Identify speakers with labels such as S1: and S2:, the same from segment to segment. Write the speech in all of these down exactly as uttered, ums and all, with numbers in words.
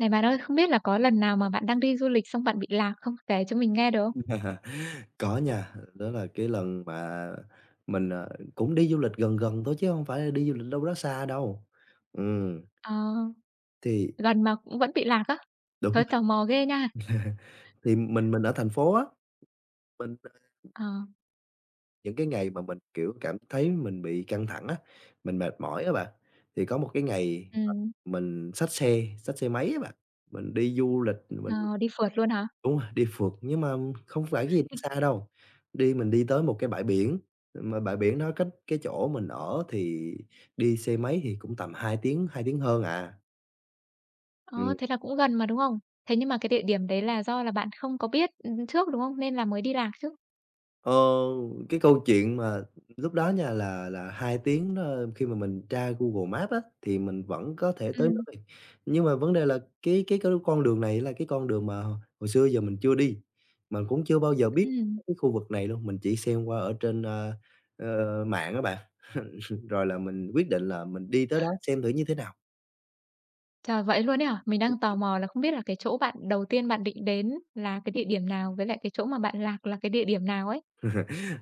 S1: Này bạn ơi, không biết là có lần nào mà bạn đang đi du lịch xong bạn bị lạc không? Kể cho mình nghe được không?
S2: Có nha, đó là cái lần mà mình, ờ, cũng đi du lịch gần gần thôi chứ không phải là đi du lịch đâu đó xa đâu. Ừm,
S1: Ờ,
S2: thì
S1: Lần mà cũng vẫn bị lạc á?
S2: đúng rồi,
S1: Thấy tò mò ghê nha.
S2: thì mình mình ở thành phố á, mình ờ,
S1: Ờ,
S2: những cái ngày mà mình, kiểu, cảm thấy mình bị căng thẳng á, mình mệt mỏi á bạn, thì có một cái ngày mà
S1: ừm.
S2: mình xách xe, xách xe máy á bạn, mình đi du lịch, mình.
S1: ờ, đi phượt luôn hả?
S2: Đúng rồi, đi phượt nhưng mà không phải cái gì nó xa đâu, đi mình đi tới một cái bãi biển, mà bãi biển đó cách cái chỗ mình ở thì đi xe máy thì cũng tầm hai tiếng, hai tiếng hơn à. Ừm.
S1: Ờ, thế là cũng gần mà đúng không? Thế nhưng mà cái địa điểm đấy là do là bạn không có biết, ừm, trước, đúng không? Nên là mới đi lạc chứ.
S2: Ờ, cái câu chuyện mà lúc đó nha là là hai tiếng đó, khi mà mình tra Google Maps á, thì mình vẫn có thể tới
S1: Ừm,
S2: nơi. Nhưng mà vấn đề là cái cái cái con đường này là cái con đường mà hồi xưa giờ mình chưa đi, mình cũng chưa bao giờ biết
S1: ừm.
S2: cái khu vực này luôn, mình chỉ xem qua ở trên, ơ, ờ, mạng các bạn. Rồi là mình quyết định là mình đi tới đó xem thử như thế nào.
S1: Trời, vậy luôn ấy hả? Mình đang tò mò là không biết là cái chỗ bạn đầu tiên bạn định đến là cái địa điểm nào, với lại cái chỗ mà bạn lạc là cái địa điểm nào ấy?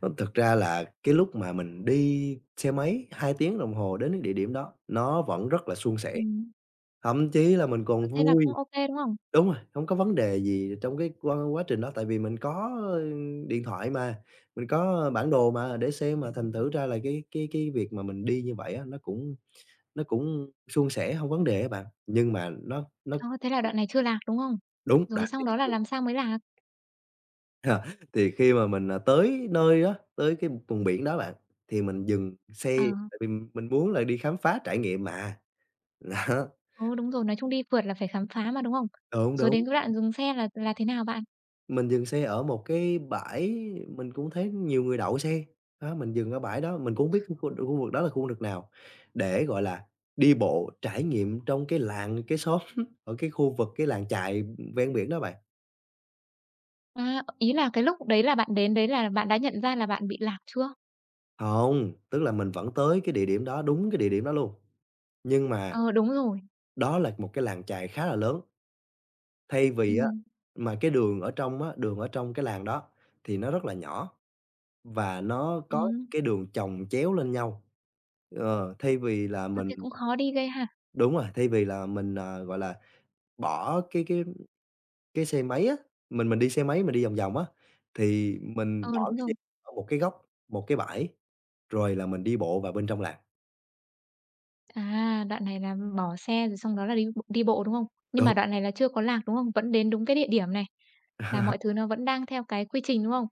S2: Ơ, thực ra là cái lúc mà mình đi xe máy hai tiếng đồng hồ đến cái địa điểm đó, nó vẫn rất là suôn sẻ,
S1: Ừm,
S2: thậm chí là mình
S1: ờ,
S2: còn
S1: thế là
S2: vui.
S1: cũng OK đúng không?
S2: Đúng rồi, hông có vấn đề gì trong cái qua quá trình đó, tại vì mình có, ơ, điện thoại mà, mình có bản đồ mà để xem mà, thành thử ra là cái cái cái việc mà mình đi như vậy á, nó cũng nó cũng suôn sẻ, hông vấn đề á bạn. Nhưng mà nó nó
S1: Ờ, thế là đoạn này chưa lạc, đúng không?
S2: đúng,
S1: Rồi
S2: đoạn đi
S1: xong đó là làm sao mới lạc?
S2: thì ờ, thì khi mà mình, à, tới nơi á, tới cái vùng biển đó bạn, thì mình dừng xe
S1: Ờ,
S2: tại vì mình muốn là đi khám phá trải nghiệm mà.
S1: ừ, đúng rồi, nói chung đi phượt là phải khám phá mà, đúng không?
S2: Đó, đúng,
S1: Rồi
S2: đúng.
S1: đến cái đoạn dừng xe là là thế nào bạn?
S2: Mình dừng xe ở một cái bãi mình cũng thấy nhiều người đậu xe, đó, mình dừng ở bãi đó, mình cũng hông biết cái khu khu vực đó là khu vực nào, để, gọi là, đi bộ trải nghiệm trong cái làng, cái xóm ở cái khu vực, cái làng chài ven biển đó bạn.
S1: À, ý là cái lúc đấy là bạn đến đấy là bạn đã nhận ra là bạn bị lạc chưa?
S2: Không, tức là mình vẫn tới cái địa điểm đó, đúng cái địa điểm đó luôn, nhưng mà
S1: Ờ, đúng rồi.
S2: đó là một cái làng chài khá là lớn, thay vì á
S1: Ừm,
S2: mà cái đường ở trong á, đường ở trong cái làng đó thì nó rất là nhỏ. Và nó có
S1: ừm.
S2: cái đường chồng chéo lên nhau. Ờ, thay vì là
S1: Ơ,
S2: mình
S1: thế cũng khó đi ghê ha.
S2: đúng rồi, thay vì là mình, à, gọi là, bỏ cái cái cái xe máy á, mình mình đi xe máy mình đi vòng vòng á, thì mình
S1: ờ
S2: bỏ
S1: đúng
S2: cái
S1: rồi.
S2: xe ở một cái góc, một cái bãi, rồi là mình đi bộ vào bên trong làng.
S1: À, đoạn này là bỏ xe rồi xong đó là đi b đi bộ, đúng không? Nhưng
S2: Đúng,
S1: mà đoạn này là chưa có lạc, đúng không? Vẫn đến đúng cái địa điểm này, là mọi thứ nó vẫn đang theo cái quy trình, đúng không?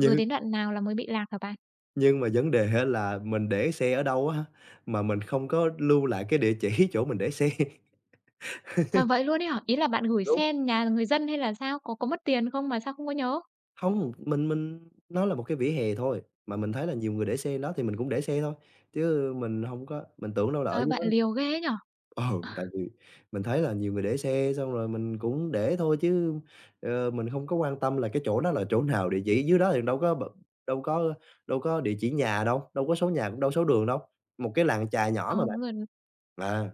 S1: Rồi đến đoạn nào là mới bị lạc hả bạn?
S2: nhưng mà vấn đề á là mình để xe ở đâu á, mà mình không có lưu lại cái địa chỉ chỗ mình để xe.
S1: Trời, vậy luôn ấy hả? Ý là bạn gửi
S2: Đúng.
S1: xe nhà người dân hay là sao? Có có mất tiền không mà sao không có nhớ?
S2: Không, mình mình nó là một cái vỉa hè thôi, mà mình thấy là nhiều người để xe đó thì mình cũng để xe thôi, chứ mình hông có mình tưởng đâu là ở
S1: Trời,
S2: dưới đó.
S1: bạn liều ghê ấy nhỉ?
S2: Ừ, tại vì mình thấy là nhiều người để xe xong rồi mình cũng để thôi chứ, ờ, mình không có quan tâm là cái chỗ đó là chỗ nào, địa chỉ dưới đó thì đâu có b đâu có đâu có địa chỉ nhà đâu, đâu có số nhà cũng đâu số đường đâu, một cái làng chài nhỏ
S1: Ờ,
S2: mà bạn.
S1: đúng rồi.
S2: À,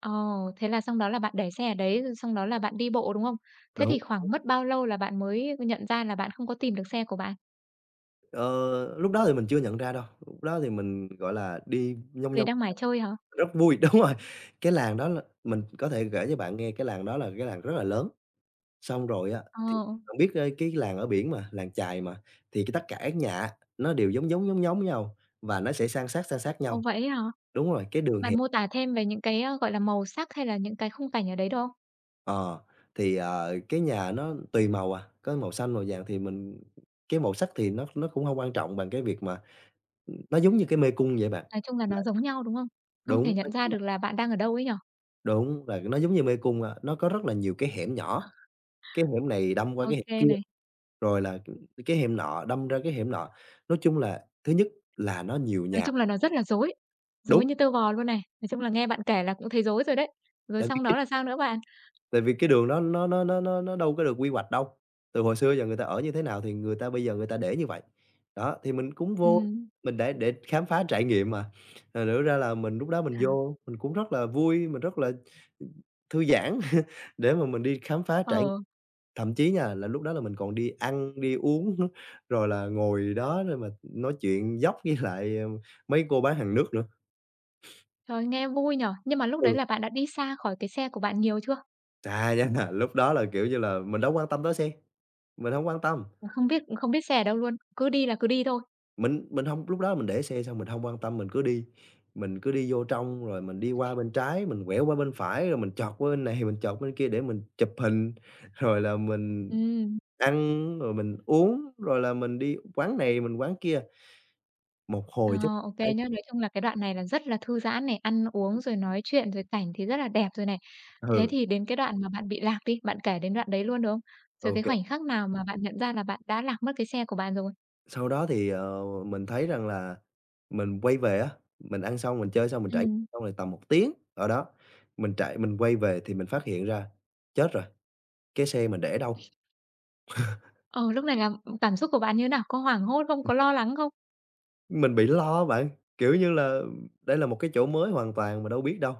S1: Ờ, thế là xong đó là bạn để xe ở đấy, rồi xong đó là bạn đi bộ, đúng không? Thế
S2: đúng,
S1: thì khoảng mất bao lâu là bạn mới nhận ra là bạn không có tìm được xe của bạn?
S2: ờ, lúc đó thì mình chưa nhận ra đâu, lúc đó thì mình, gọi là, đi nhông
S1: Để
S2: nhông.
S1: đang mải chơi hả?
S2: Rất vui, đúng rồi. Cái làng đó là mình có thể kể cho bạn nghe cái làng đó là cái làng rất là lớn, xong rồi á,
S1: Ờ,
S2: thì bạn biết, ơ, cái làng ở biển mà, làng chài mà, thì cái tất cả các nhà á, nó đều giống giống, giống giống nhau và nó sẽ san sát, san sát
S1: ồ,
S2: nhau.
S1: vậy ấy hả?
S2: Đúng rồi, cái đường
S1: Bạn
S2: hẹp.
S1: mô tả thêm về những cái, ơ, gọi là, màu sắc hay là những cái khung cảnh ở đấy được không?
S2: ờ, thì, ờ, cái nhà nó tùy màu à, có màu xanh, màu vàng thì mình cái màu sắc thì nó nó cũng không quan trọng bằng cái việc mà nó giống như cái mê cung vậy bạn.
S1: Nói chung là
S2: Là
S1: nó giống nhau, đúng không? Không
S2: đúng,
S1: thể
S2: nó
S1: nhận ra được là bạn đang ở đâu ấy nhỉ?
S2: đúng, là nó giống như mê cung, a, nó có rất là nhiều cái hẻm nhỏ, cái hẻm này đâm qua cái
S1: OK
S2: hẻm kia.
S1: này.
S2: Rồi là, cái hẻm nọ đâm ra cái hẻm nọ. Nói chung là thứ nhất là nó nhiều
S1: Nói
S2: nhà
S1: chung là nó rất là rối, rối
S2: đúng,
S1: như tơ vò luôn này. Nói chung là nghe bạn kể là cũng thấy rối rồi đấy. Rồi
S2: tại vì
S1: xong
S2: cái
S1: đó là sao nữa bạn?
S2: tại vì cái đường đó nó nó nó nó nó đâu có được quy hoạch đâu. Từ hồi xưa giờ người ta ở như thế nào thì người ta bây giờ người ta để như vậy. Đó, thì mình cũng vô
S1: Ừm,
S2: mình để để khám phá trải nghiệm mà, thành thử ra là mình lúc đó mình
S1: à,
S2: vô mình cũng rất là vui, mình rất là thư giãn để mà mình đi khám phá trải.
S1: ờ,
S2: Thậm chí nha, là lúc đó là mình còn đi ăn, đi uống. Rồi là ngồi đó rồi mà nói chuyện dốc với lại, ờ, mấy cô bán hàng nước nữa.
S1: Trời ơi, nghe vui nhở! Nhưng mà lúc đấy
S2: Ừ,
S1: là bạn đã đi xa khỏi cái xe của bạn nhiều chưa?
S2: chà, nha, lúc đó là, kiểu như là, mình đâu quan tâm tới xe, mình không quan tâm,
S1: không biết không biết xe ở đâu luôn, cứ đi là cứ đi thôi?
S2: mình mình không, lúc đó mình để xe xong mình không quan tâm, mình cứ đi, mình cứ đi vô trong rồi mình đi qua bên trái, mình quẹo qua bên phải, rồi mình chọt qua bên này, mình chọt bên kia để mình chụp hình, rồi là mình
S1: Ừm,
S2: ăn, rồi mình uống, rồi là mình đi quán này, mình quán kia. Một
S1: ờ,
S2: hồi chắc
S1: ô
S2: phải
S1: nhá. Nói chung là cái đoạn này là rất là thư giãn này, ăn uống rồi nói chuyện, rồi cảnh thì rất là đẹp rồi này. Thế
S2: ừ,
S1: thì đến cái đoạn mà bạn bị lạc đi, bạn kể đến đoạn đấy luôn được không? Rồi cái
S2: OK.
S1: khoảnh khắc nào mà bạn nhận ra là bạn đã lạc mất cái xe của bạn rồi?
S2: Sau đó thì, ờ, mình thấy rằng là mình quay về á, mình ăn xong, mình chơi xong, mình trải nghiệm
S1: Ừm.
S2: xong rồi tầm một tiếng ở đó, mình trải mình quay về thì mình phát hiện ra, chết rồi, cái xe mình để đâu?
S1: Ờ, lúc này là, cảm xúc của bạn như thế nào? Có hoảng hốt không? Có lo lắng không?
S2: Mình bị lo bạn, kiểu như là, đây là một cái chỗ mới hoàn toàn mà đâu biết đâu.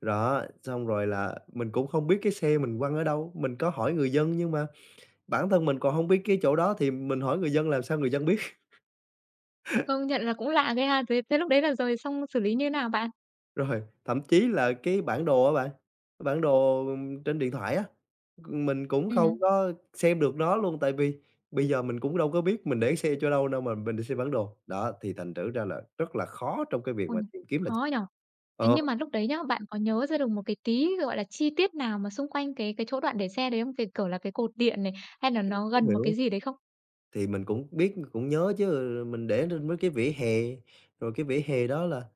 S2: Đó, xong rồi là mình cũng không biết cái xe mình quăng ở đâu, mình có hỏi người dân nhưng mà bản thân mình còn không biết cái chỗ đó thì mình hỏi người dân làm sao người dân biết?
S1: Công nhận là cũng lạ ghê ha, thế thế lúc đấy là rồi xong xử lý như thế nào bạn?
S2: Rồi, thậm chí là cái bản đồ á bạn, bản đồ trên điện thoại á, mình cũng
S1: Ừm.
S2: không có xem được nó luôn, tại vì bây giờ mình cũng đâu có biết mình để xe chỗ đâu đâu mà mình đi xem bản đồ. Đó, thì thành thử ra là rất là khó trong cái việc
S1: Ôi,
S2: mà tìm kiếm là
S1: khó nhỉ? Thế
S2: ờ,
S1: nhưng mà lúc đấy nhá, bạn có nhớ ra được một cái tí, gọi là, chi tiết nào mà xung quanh cái cái chỗ đoạn để xe đấy không? Cái, kiểu là, cái cột điện này, hay là nó
S2: thấu
S1: gần một
S2: hiểu,
S1: cái gì đấy không?
S2: thì mình cũng biết, cũng nhớ chứ, mình để trên mấy cái vỉa hè, rồi cái vỉa hè đó là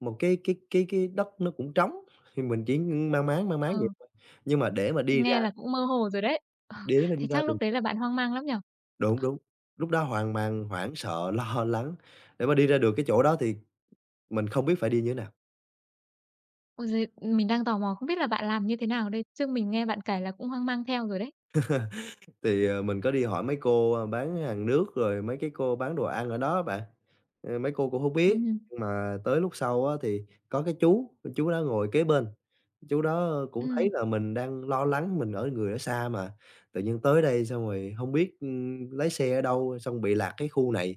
S2: một cái cái cái cái đất nó cũng trống, thì mình chỉ mang máng, mang
S1: Ờ,
S2: máng vậy thôi. Nhưng mà để mà đi ra
S1: nghe là cũng mơ hồ rồi đấy. Ờ,
S2: để mà đi
S1: thế
S2: ra
S1: chắc
S2: được
S1: lúc đấy là bạn hoang mang lắm nhỉ?
S2: đúng, đúng, lúc đó hoang mang, hoảng sợ, lo lắng, để mà đi ra được cái chỗ đó thì mình không biết phải đi như thế nào.
S1: Ôi giời, mình đang tò mò không biết là bạn làm như thế nào đây? Chứ mình nghe bạn kể là cũng hoang mang theo rồi đấy.
S2: Thì, ờ, mình có đi hỏi mấy cô, a, bán hàng nước rồi mấy cái cô bán đồ ăn ở đó á bạn, ờ, mấy cô cũng không biết.
S1: Ừm.
S2: Nhưng mà tới lúc sau á thì có cái chú, chú đó ngồi kế bên, chú đó cũng thấy
S1: Ừm.
S2: là mình đang lo lắng, mình ở người ở xa mà, tự nhiên tới đây xong rồi không biết, ưm, lái xe ở đâu, xong bị lạc cái khu này.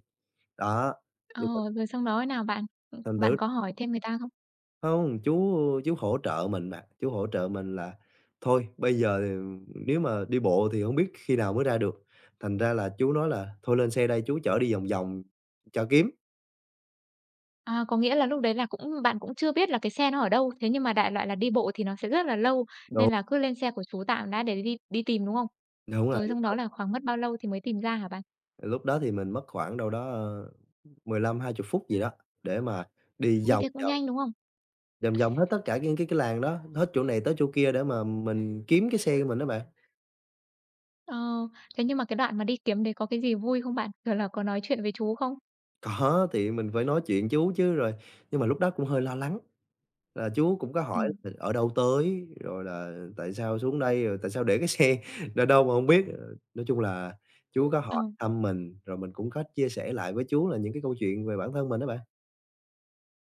S2: Đó,
S1: Ờ,
S2: thì thành
S1: rồi xong đó thế nào bạn? Ừm,
S2: thành
S1: bạn
S2: thử
S1: có hỏi thêm người ta không?
S2: không, chú chú hỗ trợ mình mà, chú hỗ trợ mình là "Thôi bây giờ thì nếu mà đi bộ thì không biết khi nào mới ra được." Thành ra là chú nói là "Thôi lên xe đây chú chở đi vòng vòng cho kiếm."
S1: À, có nghĩa là lúc đấy là cũng bạn cũng chưa biết là cái xe nó ở đâu, thế nhưng mà đại loại là đi bộ thì nó sẽ rất là lâu,
S2: Đúng,
S1: nên là cứ lên xe của chú tạm đã để đi đi tìm, đúng không?
S2: đúng rồi,
S1: Rồi
S2: lúc
S1: xong
S2: đó
S1: đó là khoảng mất bao lâu thì mới tìm ra hả bạn?
S2: lúc đó thì mình mất khoảng đâu đó, ờ, mười lăm hai 20 phút gì đó để mà đi
S1: Ôi,
S2: vòng
S1: thế cũng
S2: vòng,
S1: nhanh, đúng không?
S2: vòng vòng hết tất cả những cái cái làng đó, hết chỗ này tới chỗ kia để mà mình kiếm cái xe của mình đó bạn.
S1: Ờ, thế nhưng mà cái đoạn mà đi kiếm đấy có cái gì vui không bạn? Kiểu là, có nói chuyện với chú không?
S2: Có, thì mình phải nói chuyện chú chứ rồi nhưng mà lúc đó cũng hơi lo lắng, là chú cũng có hỏi
S1: Ừm,
S2: là "Ở đâu tới?" rồi là "Tại sao xuống đây?" rồi "Tại sao để cái xe ra đâu mà không biết?" Ờ, nói chung là chú có
S1: ờ,
S2: hỏi thăm mình, rồi mình cũng có chia sẻ lại với chú là những cái câu chuyện về bản thân mình á bạn.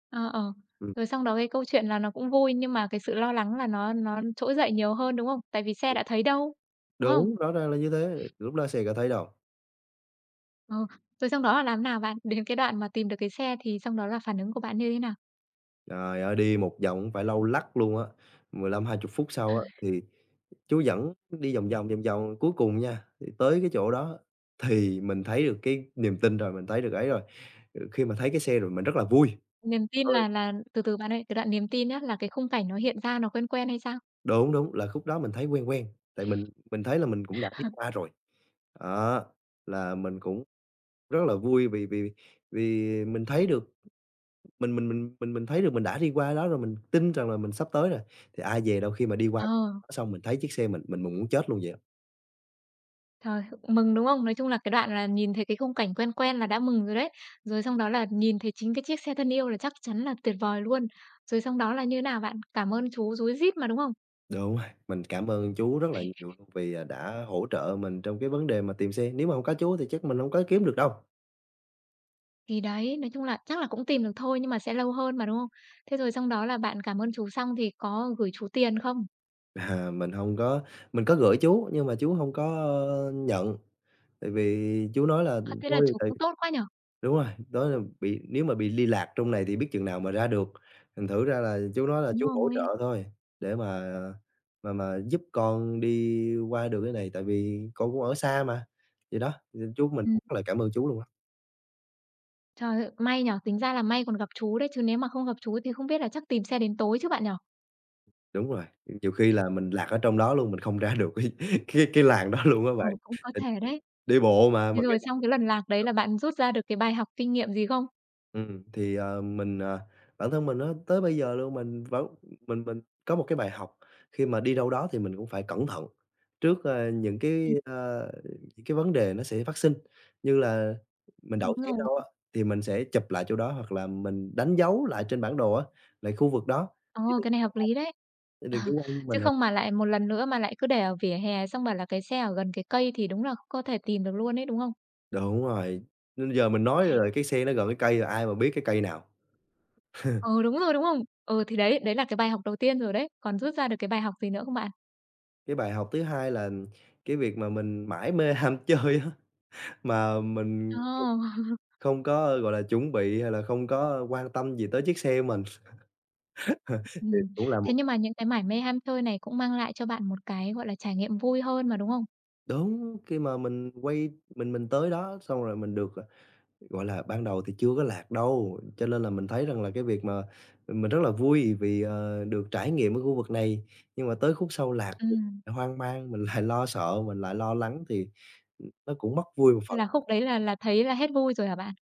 S1: ờ, ờ.
S2: Ừm,
S1: Rồi xong đó cái câu chuyện là nó cũng vui nhưng mà cái sự lo lắng là nó nó trỗi dậy nhiều hơn, đúng không? Tại vì xe đã thấy đâu, đúng không?
S2: Đúng, rõ ràng là như thế, lúc đó xe có thấy đâu.
S1: Ờ, rồi xong đó là làm nào bạn? Đến cái đoạn mà tìm được cái xe thì xong đó là phản ứng của bạn như thế nào?
S2: Trời ơi, đi một vòng cũng phải lâu lắc luôn á, mười lăm hai mươi phút sau á thì chú dẫn đi vòng vòng, vòng vòng, cuối cùng nha, thì tới cái chỗ đó thì mình thấy được cái niềm tin rồi, mình thấy được ấy rồi. Ừ, khi mà thấy cái xe rồi mình rất là vui.
S1: Niềm tin
S2: Ừ,
S1: là là từ từ bạn ơi, cái đoạn niềm tin á, là cái khung cảnh nó hiện ra nó quen quen hay sao?
S2: đúng, đúng, là khúc đó mình thấy quen quen, tại mình mình thấy là mình cũng đã đi qua rồi. Đó, là mình cũng rất là vui vì vì vì mình thấy được mình mình mình mình mình thấy được mình đã đi qua đó rồi, mình tin rằng là mình sắp tới rồi. Thì ai về đâu khi mà đi qua
S1: Ờ,
S2: đó xong mình thấy chiếc xe mình mình mình muốn chết luôn vậy.
S1: trời, mừng, đúng không? Nói chung là cái đoạn là nhìn thấy cái khung cảnh quen quen là đã mừng rồi đấy. Rồi xong đó là nhìn thấy chính cái chiếc xe thân yêu là chắc chắn là tuyệt vời luôn. Rồi xong đó là như nào bạn? Cảm ơn chú rúi rít mà, đúng không?
S2: Đúng rồi, mình cảm ơn chú rất là nhiều luôn vì, à, đã hỗ trợ mình trong cái vấn đề mà tìm xe, nếu mà không có chú thì chắc mình không có kiếm được đâu.
S1: Thì đấy, nói chung là chắc là cũng tìm được thôi nhưng mà sẽ lâu hơn mà, đúng không? Thế rồi xong đó là bạn cảm ơn chú xong thì có gửi chú tiền không?
S2: À, mình không có, mình có gửi chú nhưng mà chú không có, ờ, nhận, tại vì chú nói là
S1: Ơ, thế là
S2: thôi,
S1: chú
S2: tại
S1: cũng tốt quá nhở?
S2: đúng rồi, đó là bị nếu mà bị li lạc trong này thì biết chừng nào mà ra được, thành thử ra là chú nói là
S1: Đúng
S2: chú hỗ
S1: rồi.
S2: trợ thôi để mà mà mà giúp con đi qua được cái này, tại vì con cũng ở xa mà. Vậy đó, chú mình
S1: Ừm,
S2: cũng rất là cảm ơn chú luôn á.
S1: trời ơi, may nhở, tính ra là may còn gặp chú đấy, chứ nếu mà không gặp chú thì không biết là chắc tìm xe đến tối chứ bạn nhở?
S2: Đúng rồi, nhiều khi là mình lạc ở trong đó luôn, mình không ra được cái cái cái làng đó luôn á
S1: Ừ,
S2: bạn.
S1: cũng có
S2: Tại
S1: thể đấy.
S2: đi bộ mà,
S1: Thế
S2: mà cái
S1: rồi xong cái lần lạc đấy là bạn rút ra được cái bài học kinh nghiệm gì không?
S2: ừm, thì, ờ, mình, ờ bản thân mình nó tới bây giờ luôn mình vẫn, mình mình có một cái bài học khi mà đi đâu đó thì mình cũng phải cẩn thận trước, ơ, những cái,
S1: Ừm,
S2: ơ, những cái vấn đề nó sẽ phát sinh. Như là mình
S1: đúng
S2: đậu xe
S1: rồi.
S2: đâu á, thì mình sẽ chụp lại chỗ đó hoặc là mình đánh dấu lại trên bản đồ á, lại khu vực đó,
S1: Ờ,
S2: chứ đừng
S1: cái này hợp lý đấy.
S2: đừng chủ quan mình.
S1: Chứ không mà lại một lần nữa mà lại cứ để ở vỉa hè xong bảo là cái xe ở gần cái cây thì đúng là không có thể tìm được luôn đấy đúng không?
S2: Đúng rồi, nên giờ mình nói rồi cái sen nó gần cái cây rồi ai mà biết cái cây nào.
S1: Ừ, đúng rồi, đúng không? Ừ, thì đấy, đấy là cái bài học đầu tiên rồi đấy. Còn rút ra được cái bài học gì nữa không bạn?
S2: Cái bài học thứ hai là cái việc mà mình mải mê ham chơi á, mà mình
S1: Ờ.
S2: không có, gọi là, chuẩn bị hay là không có quan tâm gì tới chiếc xe mình thì
S1: Ừm,
S2: cũng là
S1: thế
S2: một.
S1: nhưng mà những cái mải mê ham chơi này cũng mang lại cho bạn một cái, gọi là, trải nghiệm vui hơn mà, đúng không?
S2: Đúng, khi mà mình quay, mình mình tới đó xong rồi mình được, à, gọi là, ban đầu thì chưa có lạc đâu, cho nên là mình thấy rằng là cái việc mà mình rất là vui vì, ờ, được trải nghiệm ở khu vực này, nhưng mà tới khúc sau lạc thì
S1: Ừm,
S2: lại hoang mang, mình lại lo sợ, mình lại lo lắng thì. Ừm, nó cũng mất vui một phần,
S1: là khúc đấy là là thấy là hết vui rồi hả bạn?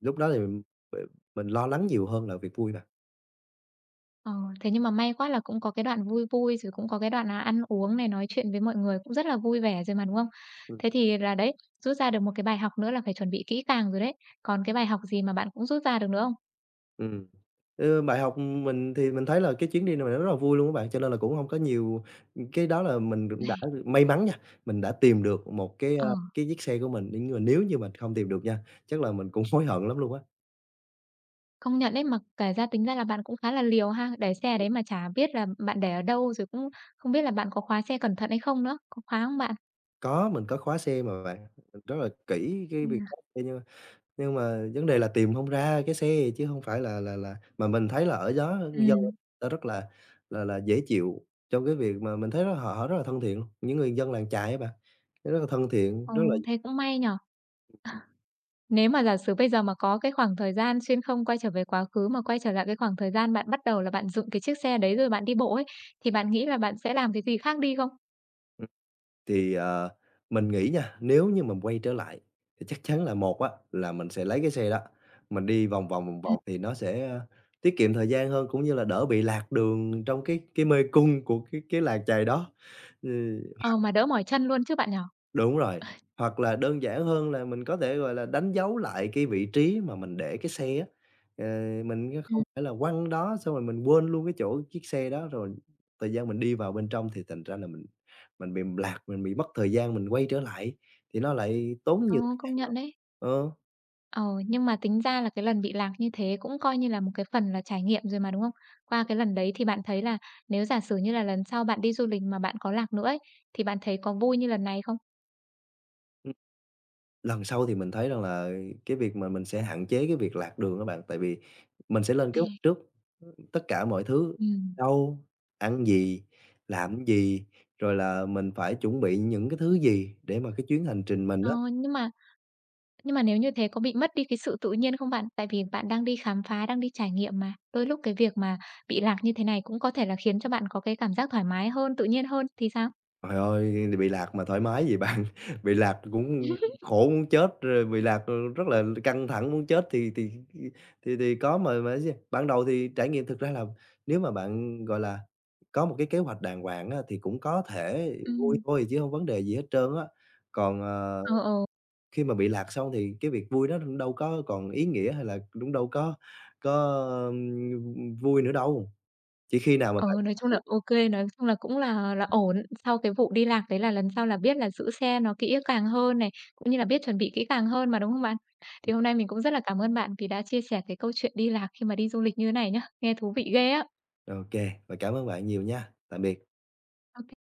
S2: lúc đó thì mình b mình lo lắng nhiều hơn là việc vui bạn.
S1: Ờ, thế nhưng mà may quá là cũng có cái đoạn vui vui, rồi cũng có cái đoạn là ăn uống này, nói chuyện với mọi người cũng rất là vui vẻ rồi mà, đúng không?
S2: Ừm.
S1: Thế thì là đấy, rút ra được một cái bài học nữa là phải chuẩn bị kỹ càng rồi đấy. Còn cái bài học gì mà bạn cũng rút ra được nữa không?
S2: Ừm, ừ, bài học mình thì mình thấy là cái chuyến đi này rất là vui luôn á bạn, cho nên là cũng hông có nhiều, cái đó là mình cũng đã may mắn nha, mình đã tìm được một cái,
S1: Ờ,
S2: a, cái chiếc xe của mình, nhưng mà nếu như mình không tìm được nha, chắc là mình cũng hối hận lắm luôn á.
S1: công nhận đấy, mà kể ra tính ra là bạn cũng khá là liều ha, để xe đấy mà chả biết là bạn để ở đâu, rồi cũng không biết là bạn có khóa xe cẩn thận hay không nữa, có khóa không bạn?
S2: Có, mình có khóa xe mà bạn, mình rất là kỹ cái việc
S1: Ừm,
S2: khóa xe nhưng Nhưng mà vấn đề là tìm không ra cái xe, chứ hông phải là, là là mà mình thấy là ở đó dân
S1: ừm,
S2: ta rất là, là là dễ chịu trong cái việc mà mình thấy rất họ họ rất là thân thiện luôn, những người dân làng chài á bạn, rất là thân thiện,
S1: ờ,
S2: rất là.
S1: thế cũng may nhỉ? Nếu mà giả sử bây giờ mà có cái khoảng thời gian xuyên không quay trở về quá khứ, mà quay trở lại cái khoảng thời gian bạn bắt đầu là bạn dựng cái chiếc xe đấy rồi bạn đi bộ ấy, thì bạn nghĩ là bạn sẽ làm cái gì khác đi không?
S2: Thì, ờ, mình nghĩ nha, nếu như mình quay trở lại thì chắc chắn là một á, là mình sẽ lấy cái xe đó, mình đi vòng vòng, vòng
S1: Ừm.
S2: vòng thì nó sẽ, ơ, tiết kiệm thời gian hơn cũng như là đỡ bị lạc đường trong cái cái mê cung của cái cái làng chài đó. Ừ.
S1: Ờ, mà đỡ mỏi chân luôn chứ bạn nhỉ?
S2: Đúng rồi, hoặc là đơn giản hơn là mình có thể, gọi là, đánh dấu lại cái vị trí mà mình để cái xe á, ờ, mình không
S1: Ừm.
S2: phải là quăng đó xong rồi mình quên luôn cái chỗ chiếc xe đó, rồi thời gian mình đi vào bên trong thì thành ra là mình mình bị lạc, mình bị mất thời gian mình quay trở lại, thì nó lại tốn
S1: Ờ,
S2: nhiều thời
S1: công
S2: gian nữa.
S1: nhận đấy.
S2: Ờ,
S1: Ờ, nhưng mà tính ra là cái lần bị lạc như thế cũng coi như là một cái phần là trải nghiệm rồi mà, đúng không? Qua cái lần đấy thì bạn thấy là nếu giả sử như là lần sau bạn đi du lịch mà bạn có lạc nữa ấy, thì bạn thấy có vui như lần này không?
S2: ừm, lần sau thì mình thấy rằng là cái việc mà mình sẽ hạn chế cái việc lạc đường á bạn, tại vì mình sẽ lên kế hoạch
S1: À.
S2: trước. Tất cả mọi thứ,
S1: Ừm,
S2: đâu, ăn gì, làm gì, rồi là mình phải chuẩn bị những cái thứ gì để mà cái chuyến hành trình mình
S1: ờ,
S2: á.
S1: nhưng mà Nhưng mà nếu như thế có bị mất đi cái sự tự nhiên không bạn? Tại vì bạn đang đi khám phá, đang đi trải nghiệm mà. Đôi lúc cái việc mà bị lạc như thế này cũng có thể là khiến cho bạn có cái cảm giác thoải mái hơn, tự nhiên hơn thì sao?
S2: Trời ơi, bị lạc mà thoải mái gì bạn, bị lạc cũng khổ muốn chết, rồi bị lạc, ờ, rất là căng thẳng muốn chết thì thì thì thì có mà, mà gì. Ban đầu thì trải nghiệm thực ra là, nếu mà bạn, gọi là, có một cái kế hoạch đàng hoàng á, thì cũng có thể vui
S1: Ừm,
S2: thôi chứ không vấn đề gì hết trơn á. Còn, ờ
S1: ờ, ờ,
S2: khi mà bị lạc xong thì cái việc vui nó đâu có còn ý nghĩa hay là cũng đâu có có, ưm, vui nữa đâu, chỉ khi nào mà
S1: ờ,
S2: bạn
S1: nói chung là OK, nói chung là cũng là là ổn. Sau cái vụ đi lạc đấy là lần sau là biết là giữ xe nó kỹ càng hơn này, cũng như là biết chuẩn bị kỹ càng hơn mà, đúng không bạn? Thì hôm nay mình cũng rất là cảm ơn bạn vì đã chia sẻ cái câu chuyện đi lạc khi mà đi du lịch như thế này nhá. Nghe thú vị ghê á!
S2: ô và cảm ơn bạn nhiều nha. Tạm biệt.
S1: Ô